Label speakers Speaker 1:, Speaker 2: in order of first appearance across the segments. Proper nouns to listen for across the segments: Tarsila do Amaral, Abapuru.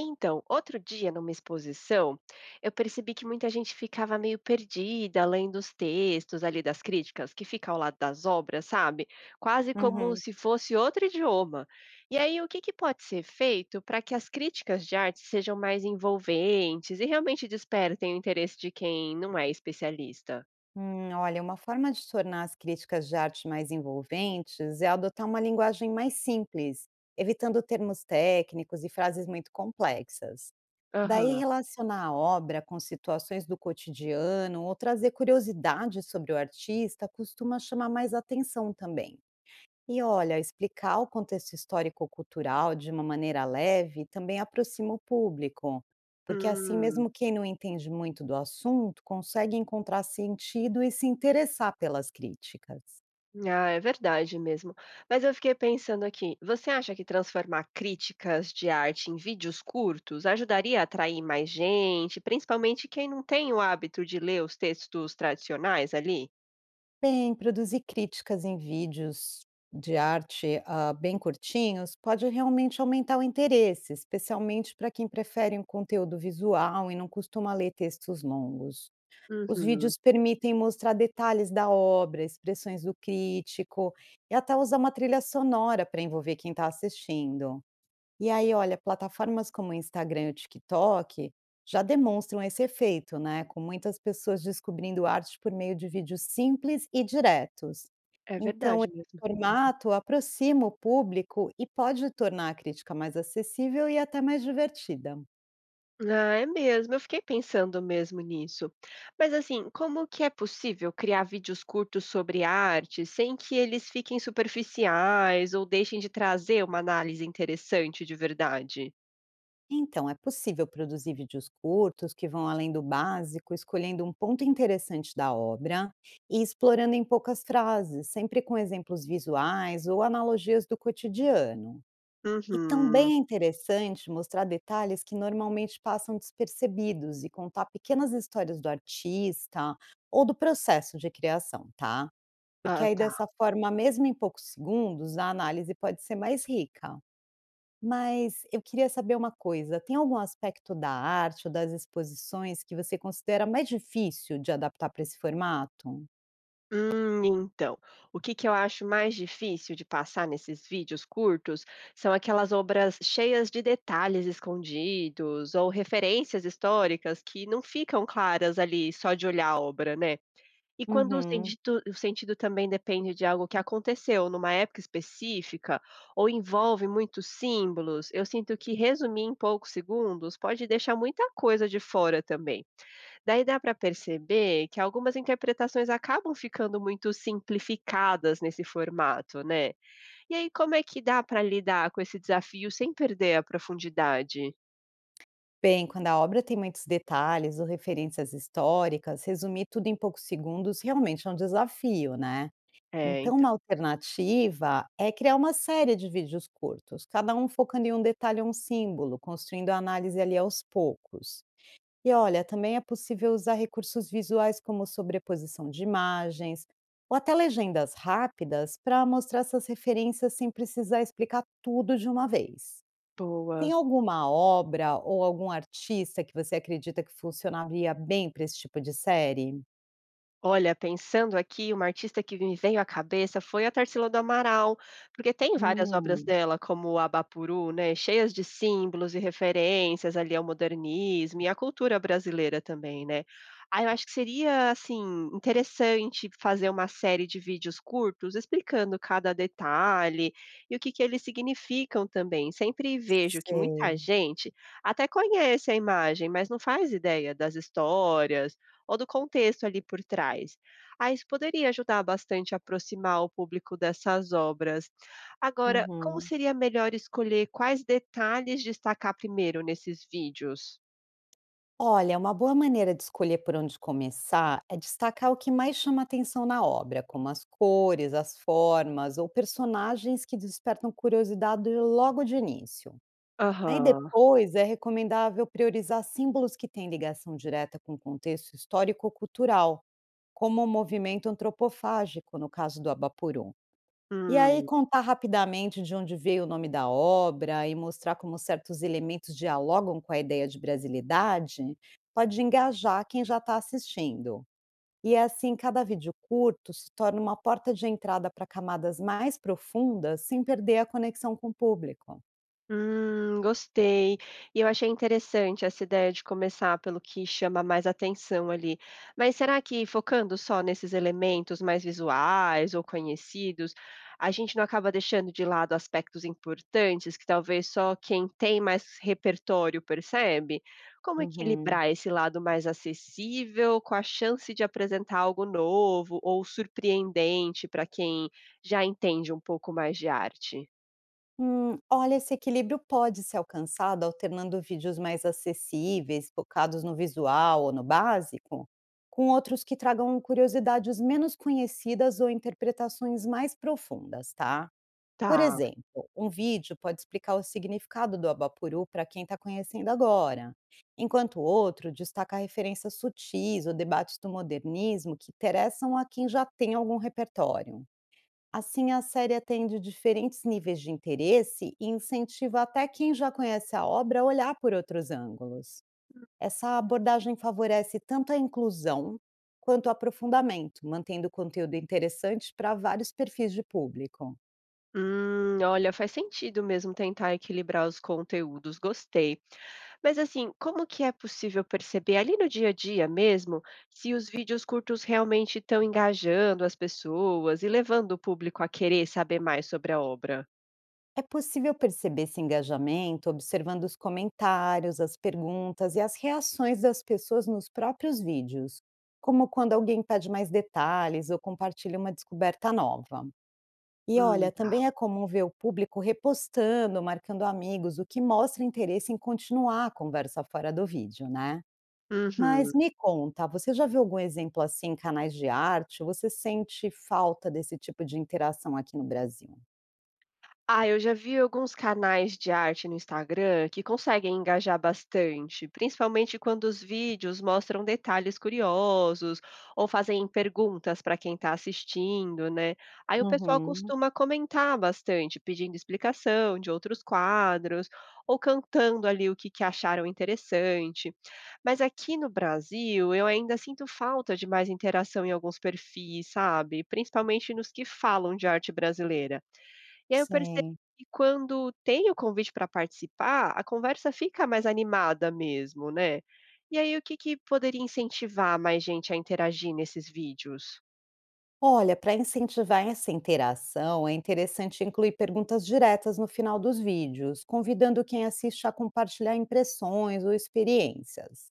Speaker 1: Então, outro dia, numa exposição, eu percebi que muita gente ficava meio perdida lendo os textos ali das críticas que fica ao lado das obras, sabe? Quase como
Speaker 2: Uhum.
Speaker 1: se fosse outro idioma. E aí, o que que pode ser feito para que as críticas de arte sejam mais envolventes e realmente despertem o interesse de quem não é especialista?
Speaker 2: Olha, uma forma de tornar as críticas de arte mais envolventes é adotar uma linguagem mais simples, evitando termos técnicos e frases muito complexas. Daí,
Speaker 1: Aham.
Speaker 2: relacionar a obra com situações do cotidiano ou trazer curiosidade sobre o artista costuma chamar mais atenção também. E olha, explicar o contexto histórico-cultural de uma maneira leve também aproxima o público, porque assim,
Speaker 1: Hum.
Speaker 2: mesmo quem não entende muito do assunto, consegue encontrar sentido e se interessar pelas críticas.
Speaker 1: Ah, é verdade mesmo. Mas eu fiquei pensando aqui, você acha que transformar críticas de arte em vídeos curtos ajudaria a atrair mais gente, principalmente quem não tem o hábito de ler os textos tradicionais ali?
Speaker 2: Bem, produzir críticas em vídeos de arte bem curtinhos pode realmente aumentar o interesse, especialmente para quem prefere um conteúdo visual e não costuma ler textos longos. Os
Speaker 1: Uhum,
Speaker 2: vídeos permitem mostrar detalhes da obra, expressões do crítico e até usar uma trilha sonora para envolver quem está assistindo. E aí, olha, plataformas como o Instagram e o TikTok já demonstram esse efeito, né? Com muitas pessoas descobrindo arte por meio de vídeos simples e diretos.
Speaker 1: é
Speaker 2: Então,
Speaker 1: verdade
Speaker 2: esse
Speaker 1: mesmo.
Speaker 2: formato aproxima o público e pode tornar a crítica mais acessível e até mais divertida.
Speaker 1: Ah, é mesmo, eu fiquei pensando mesmo nisso. Mas assim, como que é possível criar vídeos curtos sobre arte sem que eles fiquem superficiais ou deixem de trazer uma análise interessante de verdade?
Speaker 2: Então, é possível produzir vídeos curtos que vão além do básico, escolhendo um ponto interessante da obra e explorando em poucas frases, sempre com exemplos visuais ou analogias do cotidiano. E
Speaker 1: Uhum.
Speaker 2: também é interessante mostrar detalhes que normalmente passam despercebidos e contar pequenas histórias do artista ou do processo de criação, tá? Porque
Speaker 1: Ah,
Speaker 2: aí dessa forma, mesmo em poucos segundos, a análise pode ser mais rica. Mas eu queria saber uma coisa, tem algum aspecto da arte ou das exposições que você considera mais difícil de adaptar para esse formato?
Speaker 1: Hum, então, o que que eu acho mais difícil de passar nesses vídeos curtos são aquelas obras cheias de detalhes escondidos ou referências históricas que não ficam claras ali só de olhar a obra, né? E quando o
Speaker 2: Uhum.
Speaker 1: sentido, o sentido também depende de algo que aconteceu numa época específica ou envolve muitos símbolos, eu sinto que resumir em poucos segundos pode deixar muita coisa de fora também. Daí dá para perceber que algumas interpretações acabam ficando muito simplificadas nesse formato, né. E aí como é que dá para lidar com esse desafio sem perder a profundidade?
Speaker 2: Bem, quando a obra tem muitos detalhes ou referências históricas, resumir tudo em poucos segundos realmente é um desafio, né?
Speaker 1: É,
Speaker 2: Então,
Speaker 1: então.
Speaker 2: uma alternativa é criar uma série de vídeos curtos, cada um focando em um detalhe ou um símbolo, construindo a análise ali aos poucos. E olha, também é possível usar recursos visuais como sobreposição de imagens ou até legendas rápidas para mostrar essas referências sem precisar explicar tudo de uma vez. Tem
Speaker 1: Boa.
Speaker 2: alguma obra ou algum artista que você acredita que funcionaria bem para esse tipo de série?
Speaker 1: Olha, pensando aqui, uma artista que me veio à cabeça foi a Tarsila do Amaral, porque tem várias obras
Speaker 2: Hum,
Speaker 1: dela, como o Abapuru, né, cheias de símbolos e referências ali ao modernismo e à cultura brasileira também, né. Aí eu acho que seria, assim, interessante fazer uma série de vídeos curtos explicando cada detalhe e o que que eles significam também. Sempre vejo que
Speaker 2: Sei.
Speaker 1: muita gente até conhece a imagem, mas não faz ideia das histórias ou do contexto ali por trás. Ah, isso poderia ajudar bastante a aproximar o público dessas obras. Agora, como
Speaker 2: Uhum.
Speaker 1: seria melhor escolher quais detalhes destacar primeiro nesses vídeos?
Speaker 2: Olha, uma boa maneira de escolher por onde começar é destacar o que mais chama atenção na obra, como as cores, as formas ou personagens que despertam curiosidade logo de início. Aí
Speaker 1: Aham.
Speaker 2: depois é recomendável priorizar símbolos que têm ligação direta com o contexto histórico-cultural, como o movimento antropofágico, no caso do Abaporu. E aí
Speaker 1: Hum.
Speaker 2: contar rapidamente de onde veio o nome da obra e mostrar como certos elementos dialogam com a ideia de brasilidade, pode engajar quem já está assistindo. E é assim, cada vídeo curto se torna uma porta de entrada para camadas mais profundas sem perder a conexão com o público.
Speaker 1: Gostei. E eu achei interessante essa ideia de começar pelo que chama mais atenção ali. Mas será que focando só nesses elementos mais visuais ou conhecidos, a gente não acaba deixando de lado aspectos importantes que talvez só quem tem mais repertório percebe? Como
Speaker 2: Uhum.
Speaker 1: equilibrar esse lado mais acessível com a chance de apresentar algo novo ou surpreendente para quem já entende um pouco mais de arte?
Speaker 2: Olha, esse equilíbrio pode ser alcançado alternando vídeos mais acessíveis, focados no visual ou no básico, com outros que tragam curiosidades menos conhecidas ou interpretações mais profundas, tá? Por
Speaker 1: Tá.
Speaker 2: exemplo, um vídeo pode explicar o significado do Abapuru para quem está conhecendo agora, enquanto o outro destaca referências sutis ou debates do modernismo que interessam a quem já tem algum repertório. Assim, a série atende diferentes níveis de interesse e incentiva até quem já conhece a obra a olhar por outros ângulos. Essa abordagem favorece tanto a inclusão quanto o aprofundamento, mantendo o conteúdo interessante para vários perfis de público.
Speaker 1: Olha, faz sentido mesmo tentar equilibrar os conteúdos, gostei. Mas assim, como que é possível perceber ali no dia a dia mesmo se os vídeos curtos realmente estão engajando as pessoas e levando o público a querer saber mais sobre a obra?
Speaker 2: É possível perceber esse engajamento observando os comentários, as perguntas e as reações das pessoas nos próprios vídeos, como quando alguém pede mais detalhes ou compartilha uma descoberta nova. E olha,
Speaker 1: Tá.
Speaker 2: também é comum ver o público repostando, marcando amigos, o que mostra interesse em continuar a conversa fora do vídeo, né? Mas
Speaker 1: Uhum.
Speaker 2: me conta, você já viu algum exemplo assim em canais de arte? Você sente falta desse tipo de interação aqui no Brasil?
Speaker 1: Ah, eu já vi alguns canais de arte no Instagram que conseguem engajar bastante, principalmente quando os vídeos mostram detalhes curiosos ou fazem perguntas para quem está assistindo, né? Aí o pessoal
Speaker 2: Uhum,
Speaker 1: costuma comentar bastante, pedindo explicação de outros quadros ou cantando ali o que acharam interessante. Mas aqui no Brasil, eu ainda sinto falta de mais interação em alguns perfis, sabe? Principalmente nos que falam de arte brasileira. E aí eu percebo
Speaker 2: sim.
Speaker 1: que quando tem o convite para participar, a conversa fica mais animada mesmo, né. E aí o que que poderia incentivar mais gente a interagir nesses vídeos?
Speaker 2: Olha, para incentivar essa interação, é interessante incluir perguntas diretas no final dos vídeos, convidando quem assiste a compartilhar impressões ou experiências.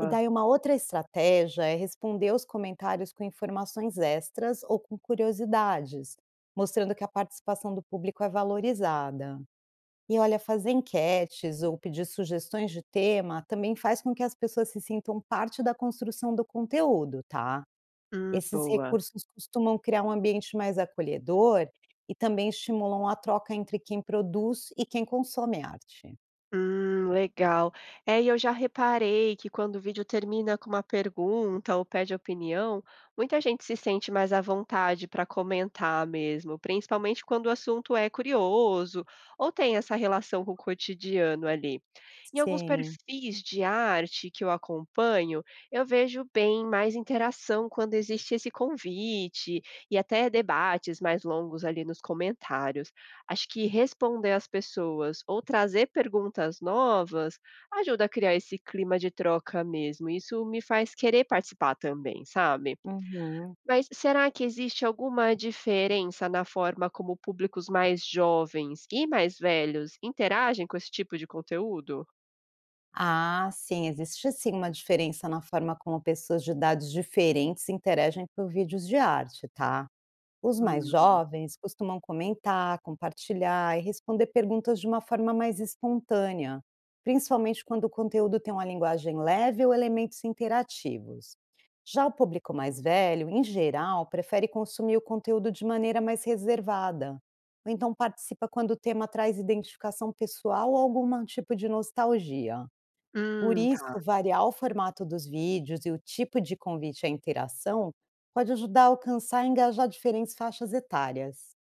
Speaker 2: E daí uma outra estratégia é responder os comentários com informações extras ou com curiosidades, mostrando que a participação do público é valorizada. E olha, fazer enquetes ou pedir sugestões de tema também faz com que as pessoas se sintam parte da construção do conteúdo, tá? Esses
Speaker 1: Boa.
Speaker 2: recursos costumam criar um ambiente mais acolhedor e também estimulam a troca entre quem produz e quem consome arte.
Speaker 1: Legal. É, e eu já reparei que quando o vídeo termina com uma pergunta ou pede opinião, muita gente se sente mais à vontade para comentar mesmo, principalmente quando o assunto é curioso ou tem essa relação com o cotidiano ali. Em alguns
Speaker 2: Sim.
Speaker 1: perfis de arte que eu acompanho, eu vejo bem mais interação quando existe esse convite e até debates mais longos ali nos comentários. Acho que responder às pessoas ou trazer perguntas novas ajuda a criar esse clima de troca mesmo. Isso me faz querer participar também, sabe?
Speaker 2: Uhum.
Speaker 1: Mas será que existe alguma diferença na forma como públicos mais jovens e mais velhos interagem com esse tipo de conteúdo?
Speaker 2: Ah, sim, existe sim uma diferença na forma como pessoas de idades diferentes interagem por vídeos de arte, tá? Os mais
Speaker 1: Hum.
Speaker 2: jovens costumam comentar, compartilhar e responder perguntas de uma forma mais espontânea, principalmente quando o conteúdo tem uma linguagem leve ou elementos interativos. Já o público mais velho, em geral, prefere consumir o conteúdo de maneira mais reservada, ou então participa quando o tema traz identificação pessoal ou algum tipo de nostalgia. Por isso,
Speaker 1: Tá.
Speaker 2: variar o formato dos vídeos e o tipo de convite à interação pode ajudar a alcançar e engajar diferentes faixas etárias.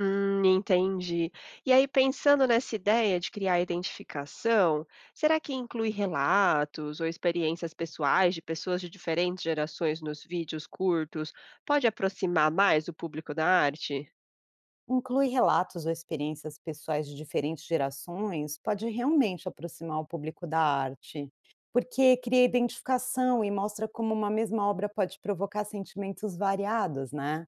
Speaker 1: Entendi. E aí, pensando nessa ideia de criar identificação, será que inclui relatos ou experiências pessoais de pessoas de diferentes gerações nos vídeos curtos? Pode aproximar mais o público da arte?
Speaker 2: Incluir relatos ou experiências pessoais de diferentes gerações pode realmente aproximar o público da arte, porque cria identificação e mostra como uma mesma obra pode provocar sentimentos variados, né?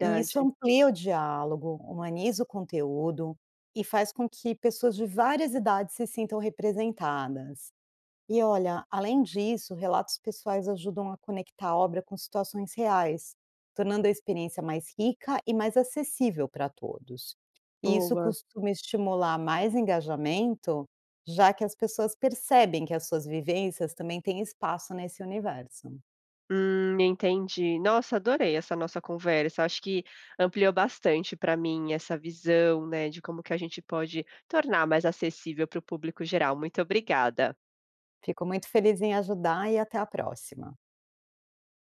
Speaker 2: E isso amplia o diálogo, humaniza o conteúdo e faz com que pessoas de várias idades se sintam representadas. E olha, além disso, relatos pessoais ajudam a conectar a obra com situações reais, tornando a experiência mais rica e mais acessível para todos. E isso
Speaker 1: Boa.
Speaker 2: costuma estimular mais engajamento, já que as pessoas percebem que as suas vivências também têm espaço nesse universo.
Speaker 1: Entendi. Nossa, adorei essa nossa conversa. Acho que ampliou bastante para mim essa visão, né, de como que a gente pode tornar mais acessível para o público geral. Muito obrigada.
Speaker 2: Fico muito feliz em ajudar e até a próxima.